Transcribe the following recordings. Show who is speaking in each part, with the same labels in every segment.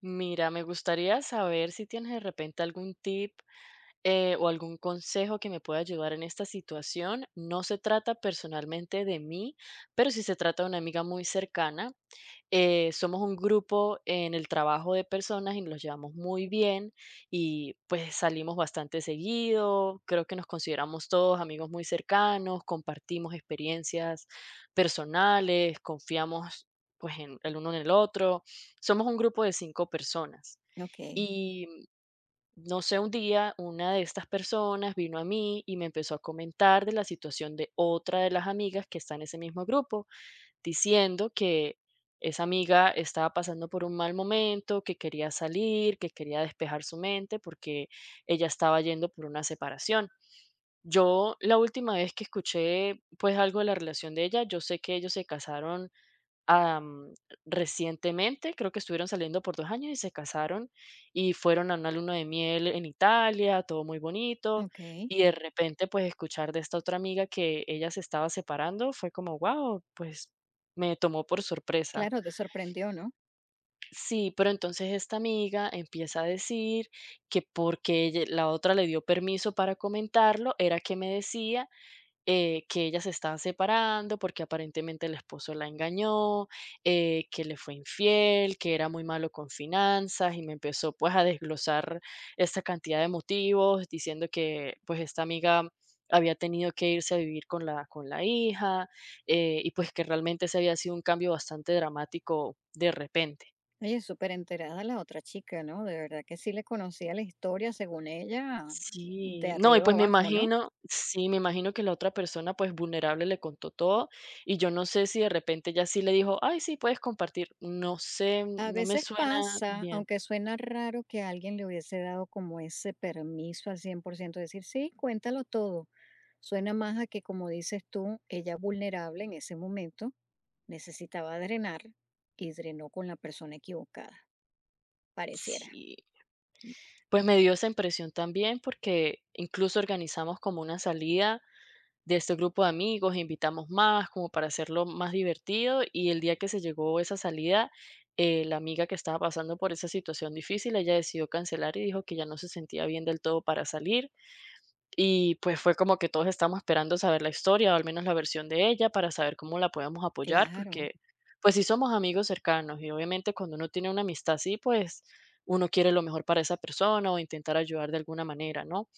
Speaker 1: Mira, me gustaría saber si tienes de repente algún tip o algún consejo que me pueda ayudar en esta situación. No se trata personalmente de mí, pero sí se trata de una amiga muy cercana. Somos un grupo en el trabajo de personas y nos llevamos muy bien y pues salimos bastante seguido. Creo que nos consideramos todos amigos muy cercanos, compartimos experiencias personales, confiamos pues en el uno en el otro. Somos un grupo de cinco personas.
Speaker 2: Okey,
Speaker 1: No sé, un día una de estas personas vino a mí y me empezó a comentar de la situación de otra de las amigas que está en ese mismo grupo, diciendo que esa amiga estaba pasando por un mal momento, que quería salir, que quería despejar su mente porque ella estaba yendo por una separación. Yo la última vez que escuché pues algo de la relación de ella, yo sé que ellos se casaron am, recientemente, creo que estuvieron saliendo por 2 años y se casaron, y fueron a una luna de miel en Italia, todo muy bonito,
Speaker 2: okey.
Speaker 1: y de repente, pues, escuchar de esta otra amiga que ella se estaba separando fue como, guau, pues, me tomó por sorpresa.
Speaker 2: Claro, te sorprendió, ¿no?
Speaker 1: Sí, pero entonces esta amiga empieza a decir que porque ella la otra le dio permiso para comentarlo, era que me decía que ellas se estaban separando porque aparentemente el esposo la engañó, que le fue infiel, que era muy malo con finanzas y me empezó pues a desglosar esta cantidad de motivos diciendo que pues esta amiga había tenido que irse a vivir con la hija, y pues que realmente ese había sido un cambio bastante dramático de repente.
Speaker 2: Oye, superenterada la otra chica, ¿no? De verdad que sí le conocía la historia, según ella, de
Speaker 1: Sí, no, y
Speaker 2: arriba
Speaker 1: pues me
Speaker 2: abajo, ¿no?
Speaker 1: imagino, sí, me imagino que la otra persona, pues vulnerable, le contó todo y yo no sé si de repente ya sí le dijo, ay, sí, puedes compartir, no sé,
Speaker 2: A
Speaker 1: no me
Speaker 2: veces
Speaker 1: suena
Speaker 2: pasa,
Speaker 1: bien.
Speaker 2: aunque suena raro que alguien le hubiese dado como ese permiso al 100%, decir: "Sí, cuéntalo todo". Suena más a que, como dices tú, ella vulnerable en ese momento, necesitaba drenar y drenó con la persona equivocada, pareciera.
Speaker 1: Sí, pues me dio esa impresión también porque incluso organizamos como una salida de este grupo de amigos, invitamos más como para hacerlo más divertido y el día que se llegó esa salida, la amiga que estaba pasando por esa situación difícil, ella decidió cancelar y dijo que ya no se sentía bien del todo para salir. Y pues fue como que todos estábamos esperando saber la historia, o al menos la versión de ella, para saber cómo la podíamos apoyar,
Speaker 2: Claro.
Speaker 1: porque pues sí somos amigos cercanos y obviamente cuando uno tiene una amistad así, pues uno quiere lo mejor para esa persona o intentar ayudar de alguna manera, ¿no?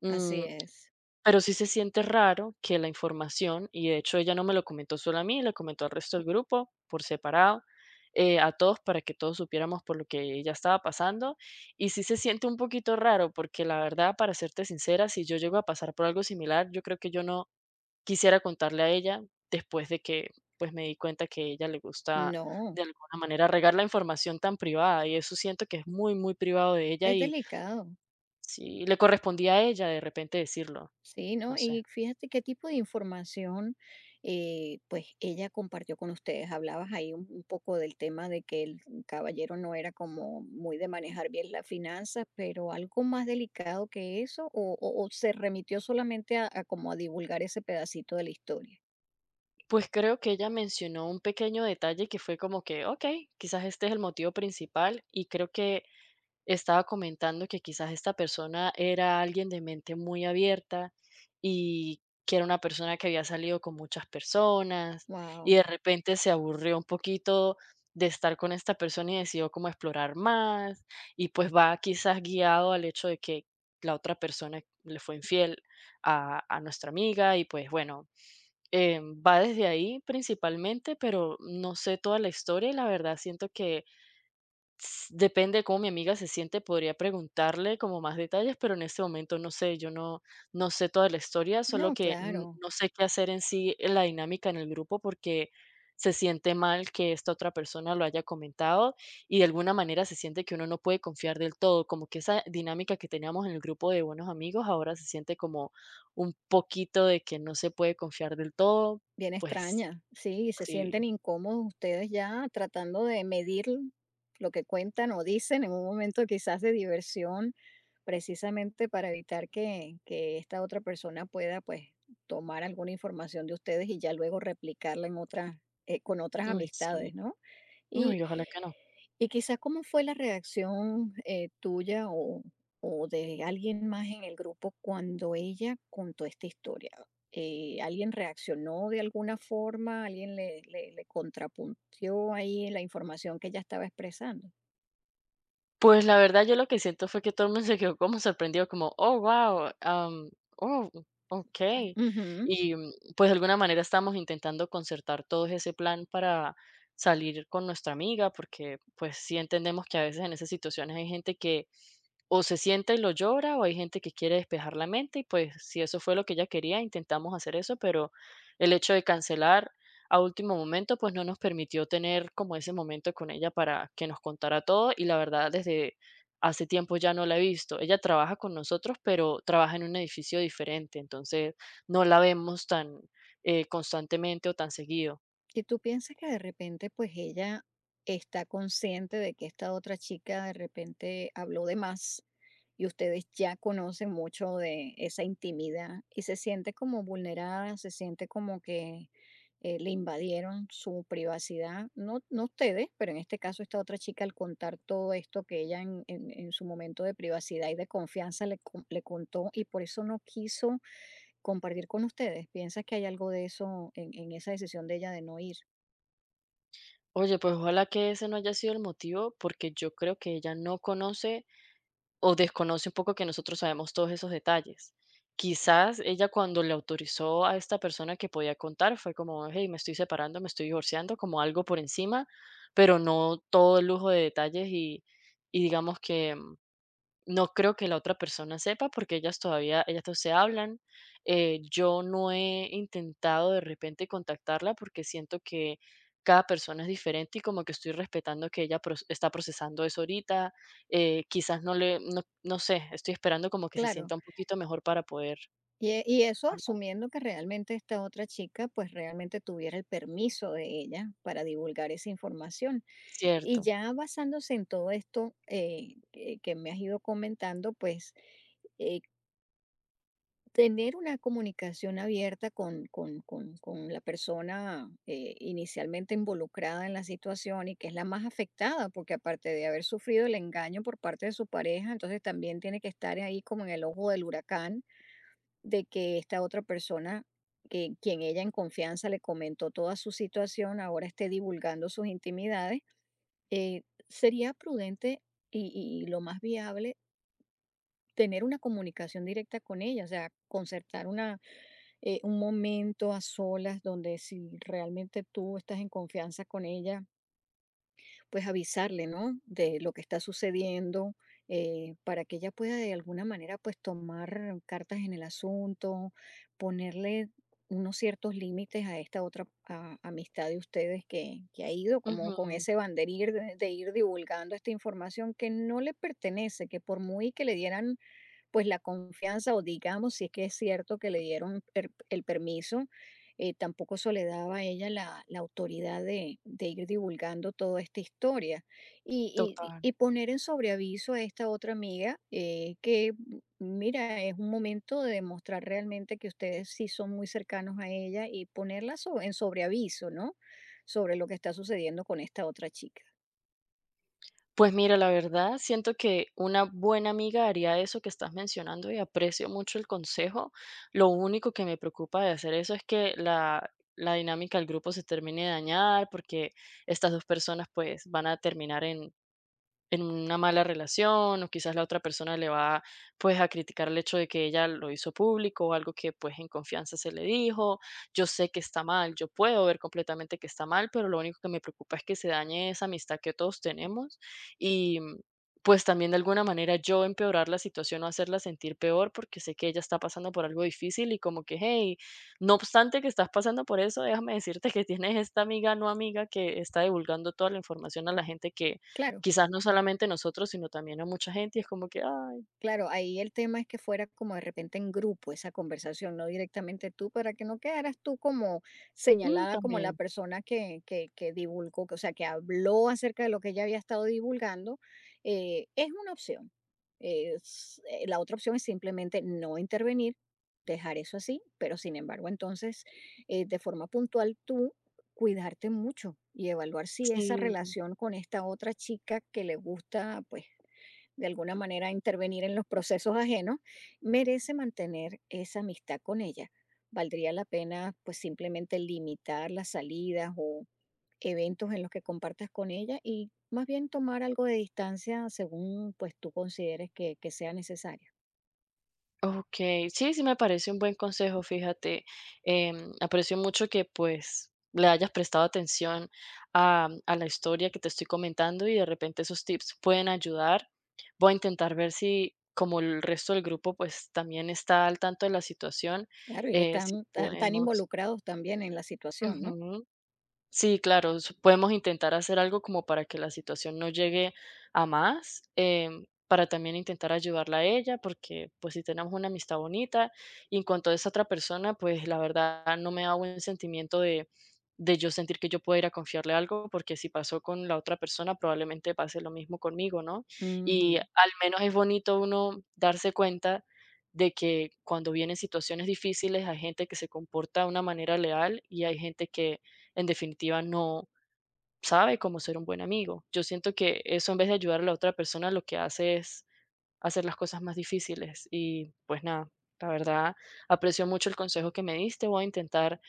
Speaker 1: Mm,
Speaker 2: Así es.
Speaker 1: pero sí se siente raro que la información, y de hecho ella no me lo comentó solo a mí, le comentó al resto del grupo por separado, a todos para que todos supiéramos por lo que ella estaba pasando. Y sí se siente un poquito raro porque la verdad, para serte sincera, si yo llego a pasar por algo similar, yo creo que yo no quisiera contarle a ella después de que pues me di cuenta que a ella le gusta
Speaker 2: No,
Speaker 1: de alguna manera regar la información tan privada y eso siento que es muy, muy privado de ella
Speaker 2: es
Speaker 1: y
Speaker 2: delicado.
Speaker 1: si le correspondía a ella de repente decirlo,
Speaker 2: Sí,
Speaker 1: no
Speaker 2: ¿no? Y
Speaker 1: sé.
Speaker 2: fíjate qué tipo de información, pues ella compartió con ustedes. Hablabas ahí un poco del tema de que el caballero no era como muy de manejar bien las finanzas, pero algo más delicado que eso, o se remitió solamente a como a divulgar ese pedacito de la historia.
Speaker 1: Pues creo que ella mencionó un pequeño detalle que fue como que, ok, quizás este es el motivo principal y creo que estaba comentando que quizás esta persona era alguien de mente muy abierta y que era una persona que había salido con muchas personas y
Speaker 2: Wow.
Speaker 1: de repente se aburrió un poquito de estar con esta persona y decidió como explorar más y pues va quizás guiado al hecho de que la otra persona le fue infiel a nuestra amiga y pues bueno, va desde ahí principalmente, pero no sé toda la historia y la verdad siento que S depende de cómo mi amiga se siente, podría preguntarle como más detalles, pero en este momento no sé, yo no sé toda la historia, solo
Speaker 2: No,
Speaker 1: que n
Speaker 2: claro.
Speaker 1: no sé qué hacer en sí en la dinámica en el grupo, porque se siente mal que esta otra persona lo haya comentado y de alguna manera se siente que uno no puede confiar del todo, como que esa dinámica que teníamos en el grupo de buenos amigos ahora se siente como un poquito de que no se puede confiar del todo,
Speaker 2: Bien
Speaker 1: pues
Speaker 2: extraña, sí, y se
Speaker 1: sí,
Speaker 2: sienten incómodos ustedes ya tratando de medir lo que cuentan o dicen en un momento quizás de diversión, precisamente para evitar que esta otra persona pueda pues tomar alguna información de ustedes y ya luego replicarla en otra, con otras
Speaker 1: sí,
Speaker 2: amistades, ¿no? Y
Speaker 1: uy, ojalá que no.
Speaker 2: y quizás, ¿cómo fue la reacción, tuya o de alguien más en el grupo cuando ella contó esta historia? ¿Alguien reaccionó de alguna forma? ¿Alguien le contrapuntió ahí la información que ella estaba expresando?
Speaker 1: Pues la verdad, yo lo que siento fue que todo el mundo se quedó como sorprendido, como, oh, wow, oh, ok.
Speaker 2: Ujú.
Speaker 1: Y pues de alguna manera estamos intentando concertar todo ese plan para salir con nuestra amiga, porque pues sí entendemos que a veces en esas situaciones hay gente que o se sienta y lo llora, o hay gente que quiere despejar la mente, y pues si eso fue lo que ella quería, intentamos hacer eso, pero el hecho de cancelar a último momento, pues no nos permitió tener como ese momento con ella para que nos contara todo y la verdad desde hace tiempo ya no la he visto. Ella trabaja con nosotros, pero trabaja en un edificio diferente, entonces no la vemos tan constantemente o tan seguido.
Speaker 2: ¿Y tú piensas que de repente, pues ella está consciente de que esta otra chica de repente habló de más y ustedes ya conocen mucho de esa intimidad y se siente como vulnerada, se siente como que le invadieron su privacidad? No, no ustedes, pero en este caso esta otra chica al contar todo esto que ella en su momento de privacidad y de confianza le contó y por eso no quiso compartir con ustedes. ¿Piensas que hay algo de eso en esa decisión de ella de no ir?
Speaker 1: Oye, pues ojalá que ese no haya sido el motivo, porque yo creo que ella no conoce o desconoce un poco que nosotros sabemos todos esos detalles. Quizás ella cuando le autorizó a esta persona que podía contar fue como, hey, me estoy separando, me estoy divorciando, como algo por encima, pero no todo el lujo de detalles y digamos que no creo que la otra persona sepa porque ellas todavía, ellas no se hablan. Yo no he intentado de repente contactarla porque siento que cada persona es diferente y como que estoy respetando que ella está procesando eso ahorita. Quizás no le, no, no sé, estoy esperando como que se
Speaker 2: Claro,
Speaker 1: sienta un poquito mejor para poder
Speaker 2: y, y eso
Speaker 1: hablar.
Speaker 2: asumiendo que realmente esta otra chica pues realmente tuviera el permiso de ella para divulgar esa información. Y
Speaker 1: Cierto.
Speaker 2: ya basándose en todo esto que me has ido comentando, pues eh, tener una comunicación abierta con, con la persona inicialmente involucrada en la situación y que es la más afectada, porque aparte de haber sufrido el engaño por parte de su pareja, entonces también tiene que estar ahí como en el ojo del huracán de que esta otra persona, que quien ella en confianza le comentó toda su situación, ahora esté divulgando sus intimidades, eh, sería prudente y, lo más viable tener una comunicación directa con ella, o sea, concertar una, un momento a solas donde si realmente tú estás en confianza con ella, pues avisarle, ¿no? De lo que está sucediendo, para que ella pueda de alguna manera pues tomar cartas en el asunto, ponerle unos ciertos límites a esta otra amistad de ustedes que ha ido como con
Speaker 1: Ujú.
Speaker 2: ese banderir de ir divulgando esta información que no le pertenece, que por muy que le dieran pues la confianza o digamos, si es que es cierto que le dieron el permiso, tampoco eso le daba a ella la, la autoridad de ir divulgando toda esta historia y,
Speaker 1: Total.
Speaker 2: y poner en sobreaviso a esta otra amiga que, mira, es un momento de demostrar realmente que ustedes sí son muy cercanos a ella y ponerla en sobreaviso, ¿no? Sobre lo que está sucediendo con esta otra chica.
Speaker 1: Pues mira, la verdad, siento que una buena amiga haría eso que estás mencionando y aprecio mucho el consejo. Lo único que me preocupa de hacer eso es que la dinámica del grupo se termine de dañar porque estas dos personas pues van a terminar en una mala relación o quizás la otra persona le va pues a criticar el hecho de que ella lo hizo público o algo que pues en confianza se le dijo. Yo sé que está mal, yo puedo ver completamente que está mal, pero lo único que me preocupa es que se dañe esa amistad que todos tenemos y pues también de alguna manera yo empeorar la situación o hacerla sentir peor porque sé que ella está pasando por algo difícil y como que, hey, no obstante que estás pasando por eso, déjame decirte que tienes esta amiga no amiga que está divulgando toda la información a la gente que
Speaker 2: Claro.
Speaker 1: quizás no solamente nosotros, sino también a mucha gente, y es como que: "Ay,
Speaker 2: Claro, ahí el tema es que fuera como de repente en grupo esa conversación, no directamente tú, para que no quedaras tú como
Speaker 1: mm,
Speaker 2: señalada como la
Speaker 1: también".
Speaker 2: persona que divulgó, o sea, que habló acerca de lo que ella había estado divulgando, es una opción. La otra opción es simplemente no intervenir, dejar eso así, pero sin embargo, entonces, de forma puntual tú cuidarte mucho y evaluar si esa
Speaker 1: Sí.
Speaker 2: relación con esta otra chica que le gusta, pues de alguna manera intervenir en los procesos ajenos, merece mantener esa amistad con ella. Valdría la pena pues simplemente limitar las salidas o eventos en los que compartas con ella y más bien tomar algo de distancia según pues tú consideres que sea necesario.
Speaker 1: Okey. Sí, sí me parece un buen consejo, fíjate. Aprecio mucho que, pues, le hayas prestado atención a la historia que te estoy comentando, y de repente esos tips pueden ayudar. Voy a intentar ver si, como el resto del grupo, pues, también está al tanto de la situación,
Speaker 2: Claro, y que
Speaker 1: si
Speaker 2: están tan
Speaker 1: podemos
Speaker 2: involucrados también en la situación, ¿no?
Speaker 1: Ujú. Sí, claro, podemos intentar hacer algo como para que la situación no llegue a más, para también intentar ayudarla a ella, porque pues si tenemos una amistad bonita y en cuanto a esa otra persona, pues la verdad no me da buen sentimiento de yo sentir que yo puedo ir a confiarle algo, porque si pasó con la otra persona, probablemente pase lo mismo conmigo, ¿no? Y
Speaker 2: Ujú.
Speaker 1: al menos es bonito uno darse cuenta de que cuando vienen situaciones difíciles hay gente que se comporta de una manera leal y hay gente que en definitiva no sabe cómo ser un buen amigo. Yo siento que eso en vez de ayudar a la otra persona lo que hace es hacer las cosas más difíciles y pues nada, la verdad aprecio mucho el consejo que me diste, voy a intentar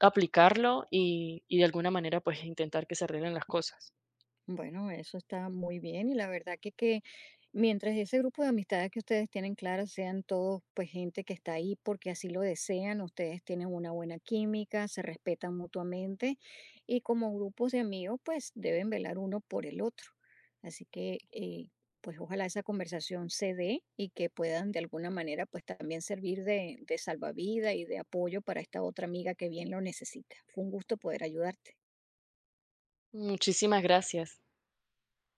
Speaker 1: aplicarlo y de alguna manera pues intentar que se arreglen las cosas.
Speaker 2: Bueno, eso está muy bien y la verdad que mientras ese grupo de amistades que ustedes tienen claras sean todos pues gente que está ahí porque así lo desean, ustedes tienen una buena química, se respetan mutuamente y como grupos de amigos pues deben velar uno por el otro. Así que pues ojalá esa conversación se dé y que puedan de alguna manera pues también servir de salvavidas y de apoyo para esta otra amiga que bien lo necesita. Fue un gusto poder ayudarte.
Speaker 1: Muchísimas gracias.